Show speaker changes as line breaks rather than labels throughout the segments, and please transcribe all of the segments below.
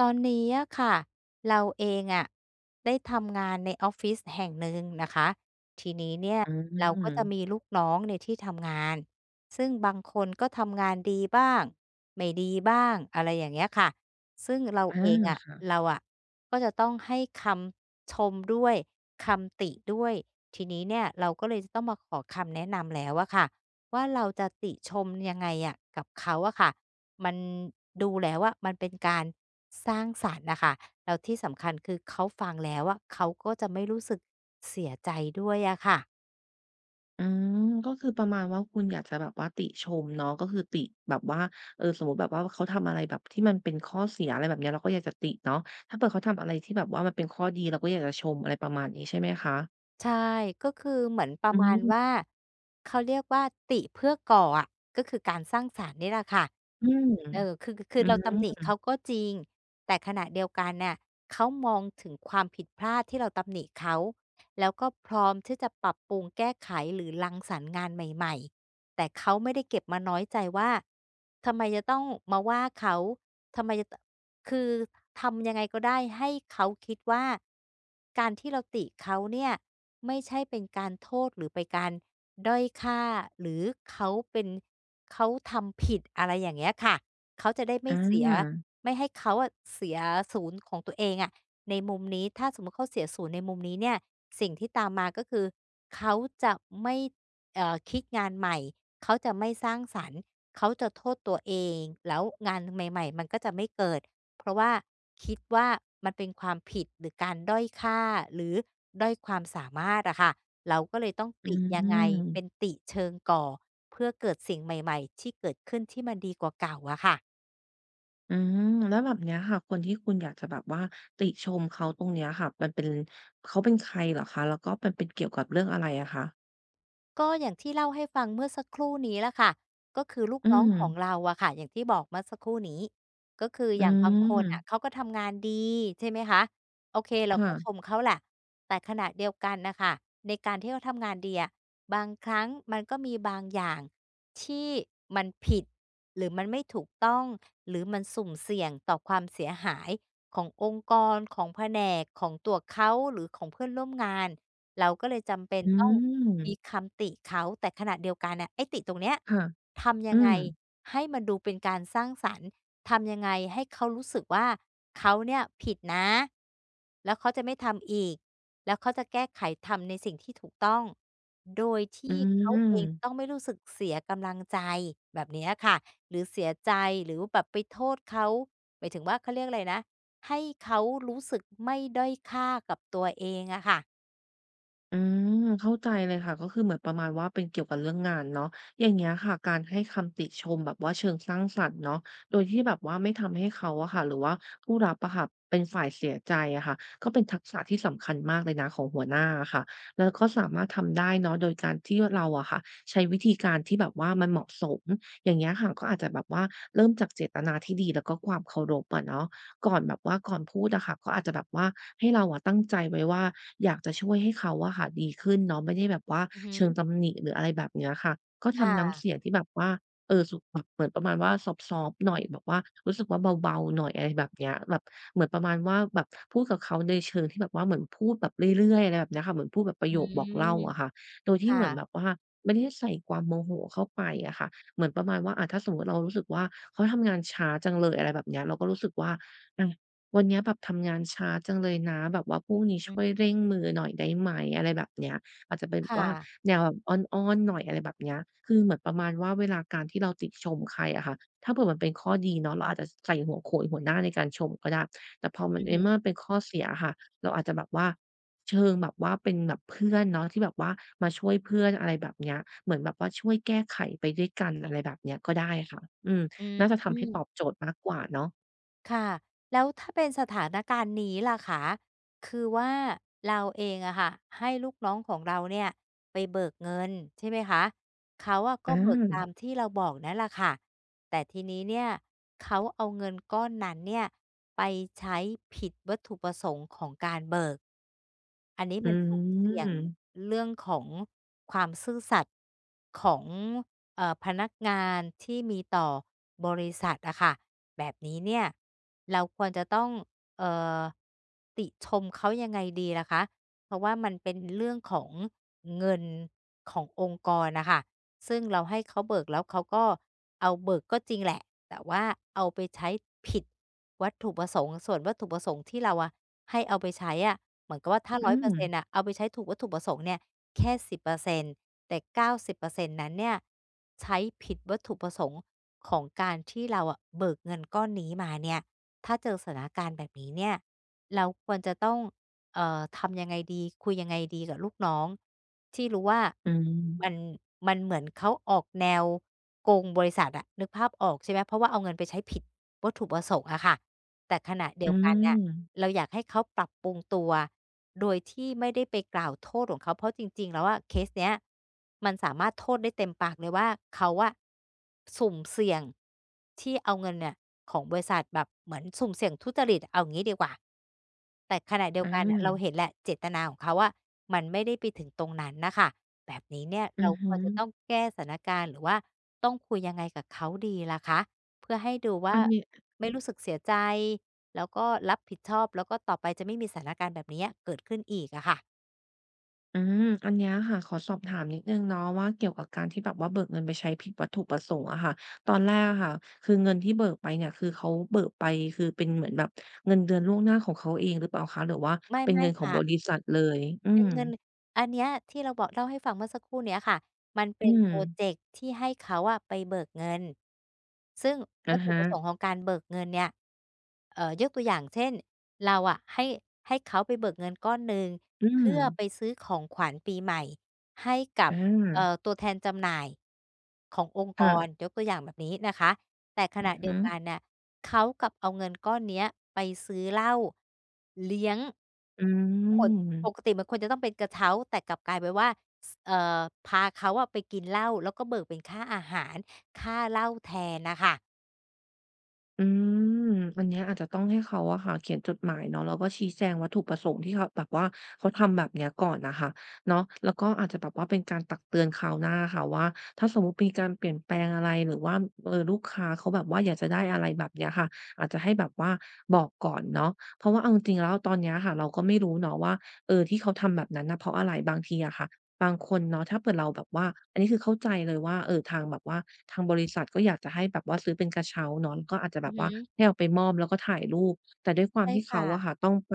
ตอนนี้อะค่ะเราเองอะได้ทำงานในออฟฟิศแห่งหนึ่งนะคะทีนี้เนี่ย
อ
เราก็
า
จะมีลูกน้องในที่ทำงานซึ่งบางคนก็ทำงานดีบ้างไม่ดีบ้างอะไรอย่างเงี้ยค่ะซึ่งเรา
อ
เองอะ
า
เราอะก็จะต้องให้คำชมด้วยคำติด้วยทีนี้เนี่ยเราก็เลยจะต้องมาขอคำแนะนำแล้วอะค่ะว่าเราจะติชมยังไงอะกับเขาอะค่ะ มันดูแล้วว่ามันเป็นการสร้างสรรค์นะคะแล้วที่สำคัญคือเขาฟังแล้วอะเขาก็จะไม่รู้สึกเสียใจด้วยอะค่ะ
อืมก็คือประมาณว่าคุณอยากจะแบบว่าติชมเนาะก็คือติแบบว่าสมมุติแบบว่าเขาทำอะไรแบบที่มันเป็นข้อเสียอะไรแบบเนี้ยเราก็อยากจะติเนาะถ้าเผื่อเขาทำอะไรที่แบบว่ามันเป็นข้อดีเราก็อยากจะชมอะไรประมาณนี้ใช่ไหมคะ
ใช่ก็คือเหมือนประ
อื
มาณ
ม
ว่าเขาเรียกว่าติเพื่อก่ออะก็คือการสร้างสรรค์นี่แหละค่ะ
อืม
เออคือคือ
อื
เราตำ
ม
หนิเขาก็จริงแต่ขณะเดียวกันน่ะเขามองถึงความผิดพลาดที่เราตำหนิเขาแล้วก็พร้อมที่จะปรับปรุงแก้ไขหรือรังสรรค์งานใหม่ๆแต่เขาไม่ได้เก็บมาน้อยใจว่าทำไมจะต้องมาว่าเขาทำไมจะ คือทำยังไงก็ได้ให้เขาคิดว่าการที่เราติเขาเนี่ยไม่ใช่เป็นการโทษหรือไปการด้อยค่าหรือเขาเป็นเขาทำผิดอะไรอย่างเงี้ยค่ะเขาจะได้
อ
ไม่เสีย
า
ไม่ให้เขาอะเสียศูนย์ของตัวเองอะในมุมนี้ถ้าสมมุติเขาเสียศูนย์ในมุมนี้เนี่ยสิ่งที่ตามมาก็คือเขาจะไม่คิดงานใหม่เขาจะไม่สร้างสรรค์เขาจะโทษตัวเองแล้วงานใหม่ๆมันก็จะไม่เกิด เพราะว่าคิดว่ามันเป็นความผิดหรือการด้อยค่าหรือด้อยความสามารถอะค่ะเราก็เลยต้อง
อื
ติยังไง
ม
เป็นติเชิงก่อเพื่อเกิดสิ่งใหม่ๆที่เกิดขึ้นที่มันดีกว่าเก่าอะค่ะ
อืมแล้วแบบเนี้ยค่ะคนที่คุณอยากจะแบบว่าติชมเขาตรงเนี้ยค่ะมันเป็นเขาเป็นใครเหรอคะแล้วก็มันเป็นเกี่ยวกับเรื่องอะไรอะคะ
ก็อย่างที่เล่าให้ฟังเมื่อสักครู่นี้ล่ะค่ะก็คือลูก
อื
น้อง
ม
ของเราอะค่ะอย่างที่บอกเมื่อสักครู่นี้ก็คือ
อื
อย่างบางคนอะ
ม
เขาก็ทำงานดีใช่ไหมคะโอเคเราก็ช
ค่ะ
มเขาแหละแต่ขณะเดียวกันนะคะในการที่เขาทำงานดีอะบางครั้งมันก็มีบางอย่างที่มันผิดหรือมันไม่ถูกต้องหรือมันสุ่มเสี่ยงต่อความเสียหายขององค์กรของแผนกของตัวเขาหรือของเพื่อนร่วมงาน เราก็เลยจำเป็น
อื
ต้องมี
ม
คำติเขาแต่ขณะเดียวกันน่ะไอ้ติตรงเนี้ย
ค่ะ
ทำ
อื
ยังไง
ม
ให้มันดูเป็นการสร้างสรรค์ทำยังไงให้เขารู้สึกว่าเขาเนี่ยผิดนะแล้วเขาจะไม่ทำอีกแล้วเขาจะแก้ไขทำในสิ่งที่ถูกต้องโดย
อื
ที่เขาเองต้อง
ม
ไม่รู้สึกเสียกำลังใจแบบเนี้ยค่ะหรือเสียใจหรือแบบไปโทษเขาหมายถึงว่าเขาเรียกอะไรนะให้เขารู้สึกไม่ด้อยค่ากับตัวเองอะค่ะ
อืมเข้าใจเลยค่ะก็คือเหมือนประมาณว่าเป็นเกี่ยวกับเรื่องงานเนาะอย่างเงี้ยค่ะการให้คำติชมแบบว่าเชิงสร้างสรรค์เนาะโดยที่แบบว่าไม่ทำให้เขาอะค่ะหรือว่าผู้รับอะค่ะเป็นฝ่ายเสียใจอะค่ะก็เป็นทักษะที่สำคัญมากเลยนะของหัวหน้าอะค่ะแล้วก็สามารถทำได้เนาะโดยการที่เราอะค่ะใช้วิธีการที่แบบว่ามันเหมาะสมอย่างเงี้ยค่ะก็อาจจะแบบว่าเริ่มจากเจตนาที่ดีแล้วก็ความเคารพอะเนาะ ก่อนแบบว่าก่อนพูดอะค่ะก็อาจจะแบบว่าให้เราอะตั้งใจไว้ว่าอยากจะช่วยให้เขาอะค่ะดีขึ้นเนาะไม่ได้แบบว่า
อือ
เชิง
ฮึ
ตำหนิหรืออะไรแบบเนี้ยค่ะก็
ค
ทำน้ำเสีย
่ะ
งที่แบบว่าสุกแบบเหมือนประมาณว่าซอฟต์ๆหน่อยแบบว่ารู้สึกว่าเบาๆหน่อยอะไรแบบเนี้ยแบบเหมือนประมาณว่าแบบพูดกับเขาในเชิงที่แบบว่าเหมือนพูดแบบเรื่อยๆอะไรแบบเนี้ยค่ะเหมือนพูดแบบประ
อื
โยคบอกเล่า
ม
อะค่ะโดยที่
ค่ะ
เหมือนแบบว่าไม่ได้ใส่ความโมโหเข้าไปอะค่ะเหมือนประมาณว่าอะถ้าสมมุติเรารู้สึกว่าเขาทำงานช้าจังเลยอะไรแบบเนี้ยเราก็รู้สึกว่า อะวันเนี้ยแบบทำงานช้าจังเลยนะแบบว่าพรุ่งนี้
อื
ช่
ม
วยเร่งมือหน่อยได้ไหมอะไรแบบเนี้ยอาจจะเป็นแบบ
ค่ะ
ว่าแนวแบบอ้อนๆหน่อยอะไรแบบเนี้ยคือเหมือนประมาณว่าเวลาการที่เราติชมใครอะค่ะถ้าเผื่อมันเป็นข้อดีเนาะเราอาจจะใส่หัวโขนหัวหน้าในการชมก็ได้แต่พอมั
อื
น
อ
ในเมื่อ
ฮึ
มันเป็นข้อเสียอะค่ะเราอาจจะแบบว่าเชิงแบบว่าเป็นแบบเพื่อนเนาะที่แบบว่ามาช่วยเพื่อนอะไรแบบเนี้ยเหมือนแบบว่าช่วยแก้ไขไปด้วยกันอะไรแบบเนี้ยก็ได้ค่ะอืม
อื
น่าจะทำให้ตอบ
ม
โจทย์มากกว่าเนาะ
ค่ะ แล้วถ้าเป็นสถานการณ์นี้ล่ะคะคือว่าเราเองอะค่ะให้ลูกน้องของเราเนี่ยไปเบิกเงินใช่ไหมคะเขาอะ
อ
ก็เบิกตา
า
มที่เราบอกนั่นแหละค่ะ แต่ทีนี้เนี่ยเขาเอาเงินก้อนนั้นเนี่ยไปใช้ผิดวัตถุประสงค์ของการเบิก อันนี้
อื
มันสุ่มเสี่ยง
ม
เรื่องของความซื่อสัตย์ของพนักงานที่มีต่อบริษัทอะค่ะแบบนี้เนี่ยเราควรจะต้องเอ่อติชมเขายังไงดีล่ะคะเพราะว่ามันเป็นเรื่องของเงินขององค์กรน่ะค่ะซึ่งเราให้เขาเบิกแล้วเขาก็เอาเบิกก็จริงแหละแต่ว่าเอาไปใช้ผิดวัตถุประสงค์ส่วนวัตถุประสงค์ที่เราอะ ให้เอาไปใช้อะเหมือนกับว่าถ้าอืร้
อื
อมยเปอ
ม
ร์เซ็นต์อ่ะเอาไปใช้ถูกวัตถุประสงค์เนี่ยแค่10%แต่90%นต์นั้นเนี่ยใช้ผิดวัตถุประสงค์ของการที่เราอะเบิกเงินก้อนนี้มาเนี่ยถ้าเจอสถานการณ์แบบนี้เนี่ย เราควรจะต้องทำยังไงดี คุยยังไงดีกับลูกน้องที่รู้ว่า
อื
มัน
ม
มันเหมือนเขาออกแนวโกงบริษัทอะนึกภาพออกใช่ไหมเพราะว่าเอาเงินไปใช้ผิดวัตถุประสงค์อะค่ะแต่ขณะเดี
อื
ยวกันเนี่ย
ม
เราอยากให้เขาปรับปรุงตัวโดยที่ไม่ได้ไปกล่าวโทษของเขาเพราะจริงๆแล้วอะเคสเนี้ยมันสามารถโทษได้เต็มปากเลยว่าเขาอะสุ่มเสี่ยงที่เอาเงินเนี่ยของบริษัทแบบเหมือนสุ่มเสี่ยงทุจริตเอางี้ดีกว่า แต่ขณะเดียว
อา
กันน่ะเราเห็นแหละเจตนาของเขาว่ามันไม่ได้ไปถึงตรงนั้นน่ะค่ะแบบนี้เนี่ย
อื
เรา
อ
ค
ฮึ
วรจะต้องแก้สถานการณ์หรือว่าต้องคุยยังไงกับเขาดีล่ะคะเพื่อให้ดูว่า
อันนี้
ไม่รู้สึกเสียใจแล้วก็รับผิดชอบแล้วก็ต่อไปจะไม่มีสถานการณ์แบบเนี้ยเกิดขึ้นอีกอะค่ะ
อืมอันเนี้ยค่ะขอสอบถามนิดหนึ่งเนาะว่าเกี่ยวกับการที่แบบว่าเบิกเงินไปใช้ผิดวัตถุประสงค์อะค่ะตอนแรกอะค่ะคือเงินที่เบิกไปเนี่ยคือเขาเบิกไปคือเป็นเหมือนแบบเงินเดือนล่วงหน้าของเขาเองหรือเปล่าคะหรือว่า
ไ
เป็น
ม่
เงินข
ๆ
องบริ
ค่ะ
ษัทเลยอื
เป็
ม
นเงินอันเนี้ยที่เราบอกเล่าให้ฟังเมื่อสักครู่เนี้ยค่ะมัน
อื
เป็นพ
ม
รอเจกต์ที่ให้เขาอะไปเบิกเงินซึ่ง
อะ
วัตถุ
ฮะ
ประสงค์ของการเบิกเงินเนี่ยยกตัวอย่างเช่นเราอะให้เขาไปเบิกเงินก้อนหนึ่ง
อืม
เพื่อไปซื้อของขวัญปีใหม่ให้กับ
อา
ตัวแทนจำหน่ายขององค์ก
ค่ะ
รยกตัวอย่างแบบนี้นะคะแต่ข
อื
ณะ
อ
เดีย
ฮึ
วกันน่ะเขากลับเอาเงินก้อนเนี้ยไปซื้อเหล้าเลี้ยง
อื
คน ปก
ม
ติมันควรจะต้องเป็นกระเช้าแต่กลับกลายเป็นว่าสเอ่อ พาเขาอะไปกินเหล้าแล้วก็เบิกเป็นค่าอาหารค่าเหล้าแทนน่ะค่ะ
อืมอันเนี้ยอาจจะต้องให้เขาอะค่ะเขียนจดหมายเนาะแล้วก็ชี้แจงวัตถุประสงค์ที่เขาแบบว่าเขาทำแบบเนี้ยก่อนนะคะเนาะแล้วก็อาจจะแบบว่าเป็นการตักเตือนคราวหน้าค่ะว่าถ้าสมมุติมีการเปลี่ยนแปลงอะไรหรือว่าลูกค้าเขาแบบว่าอยากจะได้อะไรแบบเนี้ยค่ะอาจจะให้แบบว่าบอกก่อนเนาะเพราะว่าเอาจริงๆแล้วตอนเนี้ยค่ะเราก็ไม่รู้เนาะว่าที่เขาทำแบบนั้นน่ะเพราะอะไรบางทีอะค่ะ บางคนเนาะถ้าเปิดเราแบบว่าอันนี้คือเข้าใจเลยว่าทางแบบว่าทางบริษัทก็อยากจะให้แบบว่าซื้อเป็นกระเช้าเนาะก็อาจจะแบ
อือ
บ
ฮึ
ว่าให้เอาไปมอบแล้วก็ถ่ายรูปแต่ด้วยความ
ใช่
ที่เขาอะค่ะ
ค่ะ
ต้องไป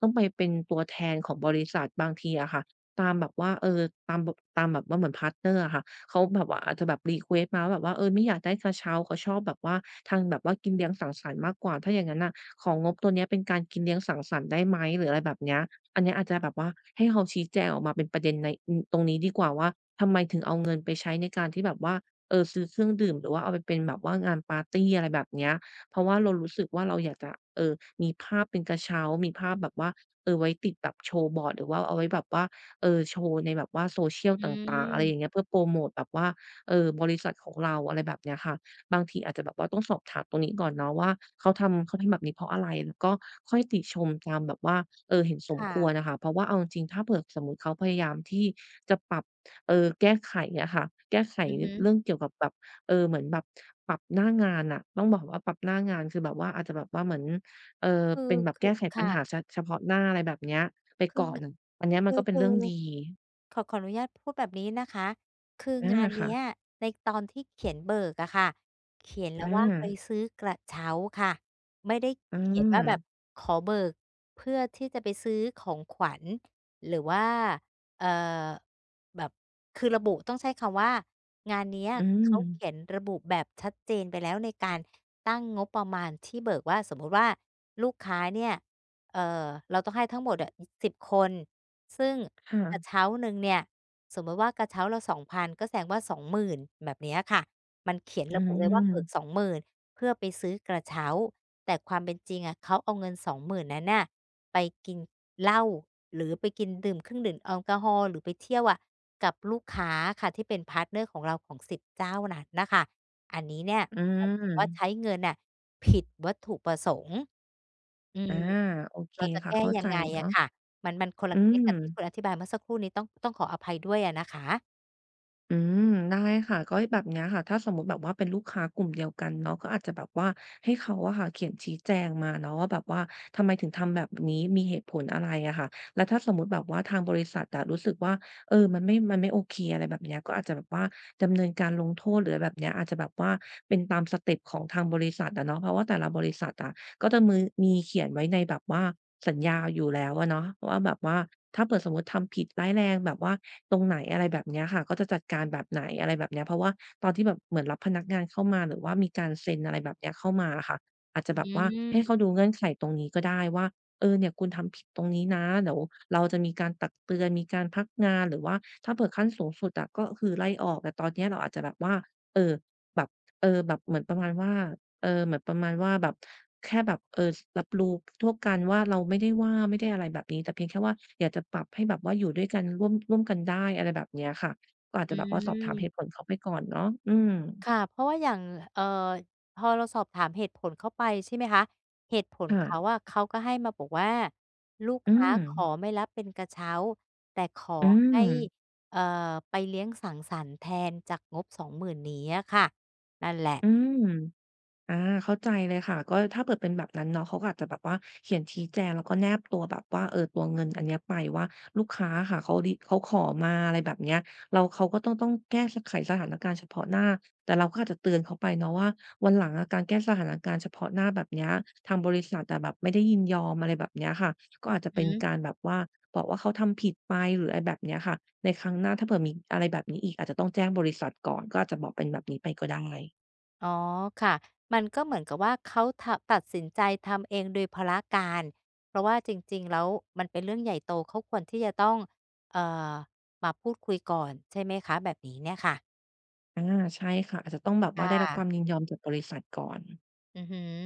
ต้องไปเป็นตัวแทนของบริษัทบางทีอะค่ะตามแบบว่าตามแบบว่าเหมือนพาร์ตเนอร์อะค่ะเขาแบบว่าอาจจะแบบรีเควสต์มาว่าแบบว่าไม่อยากได้กระเช้าเขาชอบแบบว่าทางแบบว่ากินเลี้ยงสังสรรค์มากกว่าถ้าอย่างงั้นน่ะของงบตัวเนี้ยเป็นการกินเลี้ยงสังสรรค์ได้ไหมหรืออะไรแบบเนี้ย อันเนี้ยอาจจะแบบว่าให้เขาชี้แจงออกมาเป็นประเด็นในตรงนี้ดีกว่าว่าทำไมถึงเอาเงินไปใช้ในการที่แบบว่าซื้อเครื่องดื่มหรือว่าเอาไปเป็นแบบว่างานปาร์ตีอะไรแบบเนี้ยเพราะว่าเรารู้สึกว่าเราอยากจะเอ่อมีภาพเป็นกระเช้ามีภาพแบบว่าไว้ติดแบบโชว์บอร์ดหรือว่าเอาไว้แบบว่าโชว์ในแบบว่า social
อื
ต่างๆอะ
ม
ไรอย่างเงี้ยเพื่อโพรโมตแบบว่าบริษัทของเราอะไรแบบเนี้ยค่ะ บางทีอาจจะแบบว่าต้องสอบถามตรงนี้ก่อนเนาะว่าเขาทำแบบนี้เพราะอะไรแล้วก็ค่อยติชมตามแบบว่าเห็นสมควร
ค่ะ
อะค่ะเพราะว่าเอาจริงๆถ้าเผื่อสมมุติเขาพยายามที่จะปรับแก้ไขอะค่ะแก้ไข
อือฮึ
เรื่องเกี่ยวกับแบบเหมือนแบบปรับหน้างานน่ะต้องบอกว่าปรับหน้างานคือแบบว่าอาจจะแบบว่าเหมือนเอ่อ
คือ
เป็นแบบ
คื
แก้
อ
ไขปัญ
ค่ะ
หาเฉพาะหน้าอะไรแบบเนี้ยไป
คือ
ก่อ
ง
นอันเนี้ยมัน
คือ
ก็เป็น
คือ
เรื่องดี
ขออนุญาตพูดแบบนี้นะคะคือ
อา
งาน
ค่ะ
เนี้ยในตอนที่เขียนเบิกอะค่ะเขียนแล้
อ
วว่าไป
า
ซื้อกระเช้าค่ะไม่ได้
อื
เขียน
ม
ว่าแบบขอเบิกเพื่อที่จะไปซื้อของขวัญหรือว่าเอ่อแบบคือระบุต้องใช้คำว่างานเนี้ย
อืม
เขาเขียนระบุแบบชัดเจนไปแล้วในการตั้งงบประมาณที่เบิกว่าสมมุติว่าลูกค้าเนี่ยเอ่อเราต้องให้ทั้งหมดอะ10คน ซึ่งกระ
ค่ะ
เช้าหนึ่งเนี่ยสมมติว่ากระเช้าละ2พันก็แสดงว่า20,000แบบเนี้ยค่ะมันเขียน
อื
ระบุเลยว่าเบิก
ม
สองหมื่นเพื่อไปซื้อกระเช้าแต่ความเป็นจริงอะเขาเอาเงิน20,000นนั้นน่ะไปกินเหล้าหรือไปกินดื่มเครื่องดื่มแอลกอฮอล์หรือไปเที่ยวอะกับลูกค้าค่ะที่เป็นพาร์ตเนอร์ของเราของ10เจ้านั้นน่ะค่ะอันนี้เนี่ย
อื
มันถือว่า
ม
ใช้เงินน่ะผิดวัตถุประสงค์อื
อา
ม
โอเค
เราจะ
ค่ะ
แก้
เข้า
ยั
ใจ
งไงอะ
เนาะ
ค่ะ มันมันคน
อื
ละเคส
ม
กับที่คุณอธิบายเมื่อสักครู่นี้ต้องขออภัยด้วยอะนะคะ
อืมได้ค่ะก็แบบเนี้ยค่ะถ้าสมมุติแบบว่าเป็นลูกค้ากลุ่มเดียวกันเนาะก็อาจจะแบบว่าให้เขาอะค่ะเขียนชี้แจงมาเนาะว่าแบบว่าทำไมถึงทำแบบนี้มีเหตุผลอะไรอะค่ะแล้วถ้าสมมุติแบบว่าทางบริษัทอะรู้สึกว่ามันไม่โอเคอะไรแบบเนี้ยก็อาจจะแบบว่าดำเนินการลงโทษหรืออะไรแบบเนี้ยอาจจะแบบว่าเป็นตามสเต็ปของทางบริษัทอะเนาะเพราะว่าแต่ละบริษัทอะ ก็จะมีเขียนไว้ในแบบว่าสัญญาอยู่แล้วอะเนาะว่าแบบว่าถ้าเผิดสมมุติทำผิดร้ายแรงแบบว่าตรงไหนอะไรแบบเนี้ยค่ะก็จะจัดการแบบไหนอะไรแบบเนี้ยเพราะว่าตอนที่แบบเหมือนรับพนักงานเข้ามาหรือว่ามีการเซ็นอะไรแบบเนี้ยเข้ามาอะค่ะอาจจะ
อื
แบบว่า
ม
ให้เขาดูเงื่อนไขตรงนี้ก็ได้ว่าเนี่ยคุณทำผิดตรงนี้นะเดี๋ยวเราจะมีการตักเตือนมีการพักงานหรือว่าถ้าเผื่อขั้นสูงสุดอะก็คือไล่ออกแต่ตอนเนี้ยเราอาจจะแบบว่าเออแบบเออแบบเหมือนประมาณว่า เออเหมือนประมาณว่าแบบแค่แบบรับรู้ทั่วกันว่าเราไม่ได้ว่าไม่ได้อะไรแบบนี้แต่เพียงแค่ว่าอยากจะปรับให้แบบว่าอยู่ด้วยกันร่วมกันได้อะไรแบบเนี้ยค่ะก็อาจ
อื
จะแบบว่าสอบถามเหตุผ
ม
ลเขาไปก่อนเนาะอืม
ค่ะ เพราะว่าอย่างเอ่อพอเราสอบถามเหตุผลเขาไปใช่ไหมคะ เหตุผลเขา
ค่ะ
อะเขาก็ให้มาบอกว่าลูก
อื
ค้า
ม
ขอไม่รับเป็นกระเช้าแต่ขอ
อื
ให้
ม
เอ่อไปเลี้ยงสังสรรค์แทนจากงบสองหมื่นนี้อะค่ะนั่นแหละ
อืม อาเข้าใจเลยค่ะก็ถ้าเปิดเป็นแบบนั้นเนาะเขาก็อาจจะแบบว่าเขียนชี้แจงแล้วก็แนบตัวแบบว่าตัวเงินอันเนี้ยไปว่าลูกค้าอะค่ะเขาขอมาอะไรแบบเนี้ยเขาก็ต้องแก้ไขสถานการณ์เฉพาะหน้าแต่เราก็อาจจะเตือนเขาไปเนาะว่าวันหลังอะการแก้สถานการณ์เฉพาะหน้าแบบเนี้ยทางบริษัทอะแบบไม่ได้ยินยอมอะไรแบบเนี้ยค่ะก็อาจจะเป็น
อืม
การแบบว่าบอกว่าเขาทำผิดไปหรืออะไรแบบเนี้ยค่ะในครั้งหน้าถ้าเผื่อมีอะไรแบบนี้อีกอาจจะต้องแจ้งบริษัทก่อนก็อาจจะบอกเป็นแบบนี้ไปก็ได้
อ๋อค่ะมันก็เหมือนกับว่าเขาทำตัดสินใจทำเองโดยพละการเพราะว่าจริงๆแล้วมันเป็นเรื่องใหญ่โตเขาควรที่จะต้องเอ่อมาพูดคุยก่อนใช่ไหมคะแบบนี้เนี่ยค่ะ
อาใช่ค่ะอาจจะต้องแบบว่า
ค่
ได้รับความยิ
ะ
นยอมจากบริษัทก่อน
อือฮึ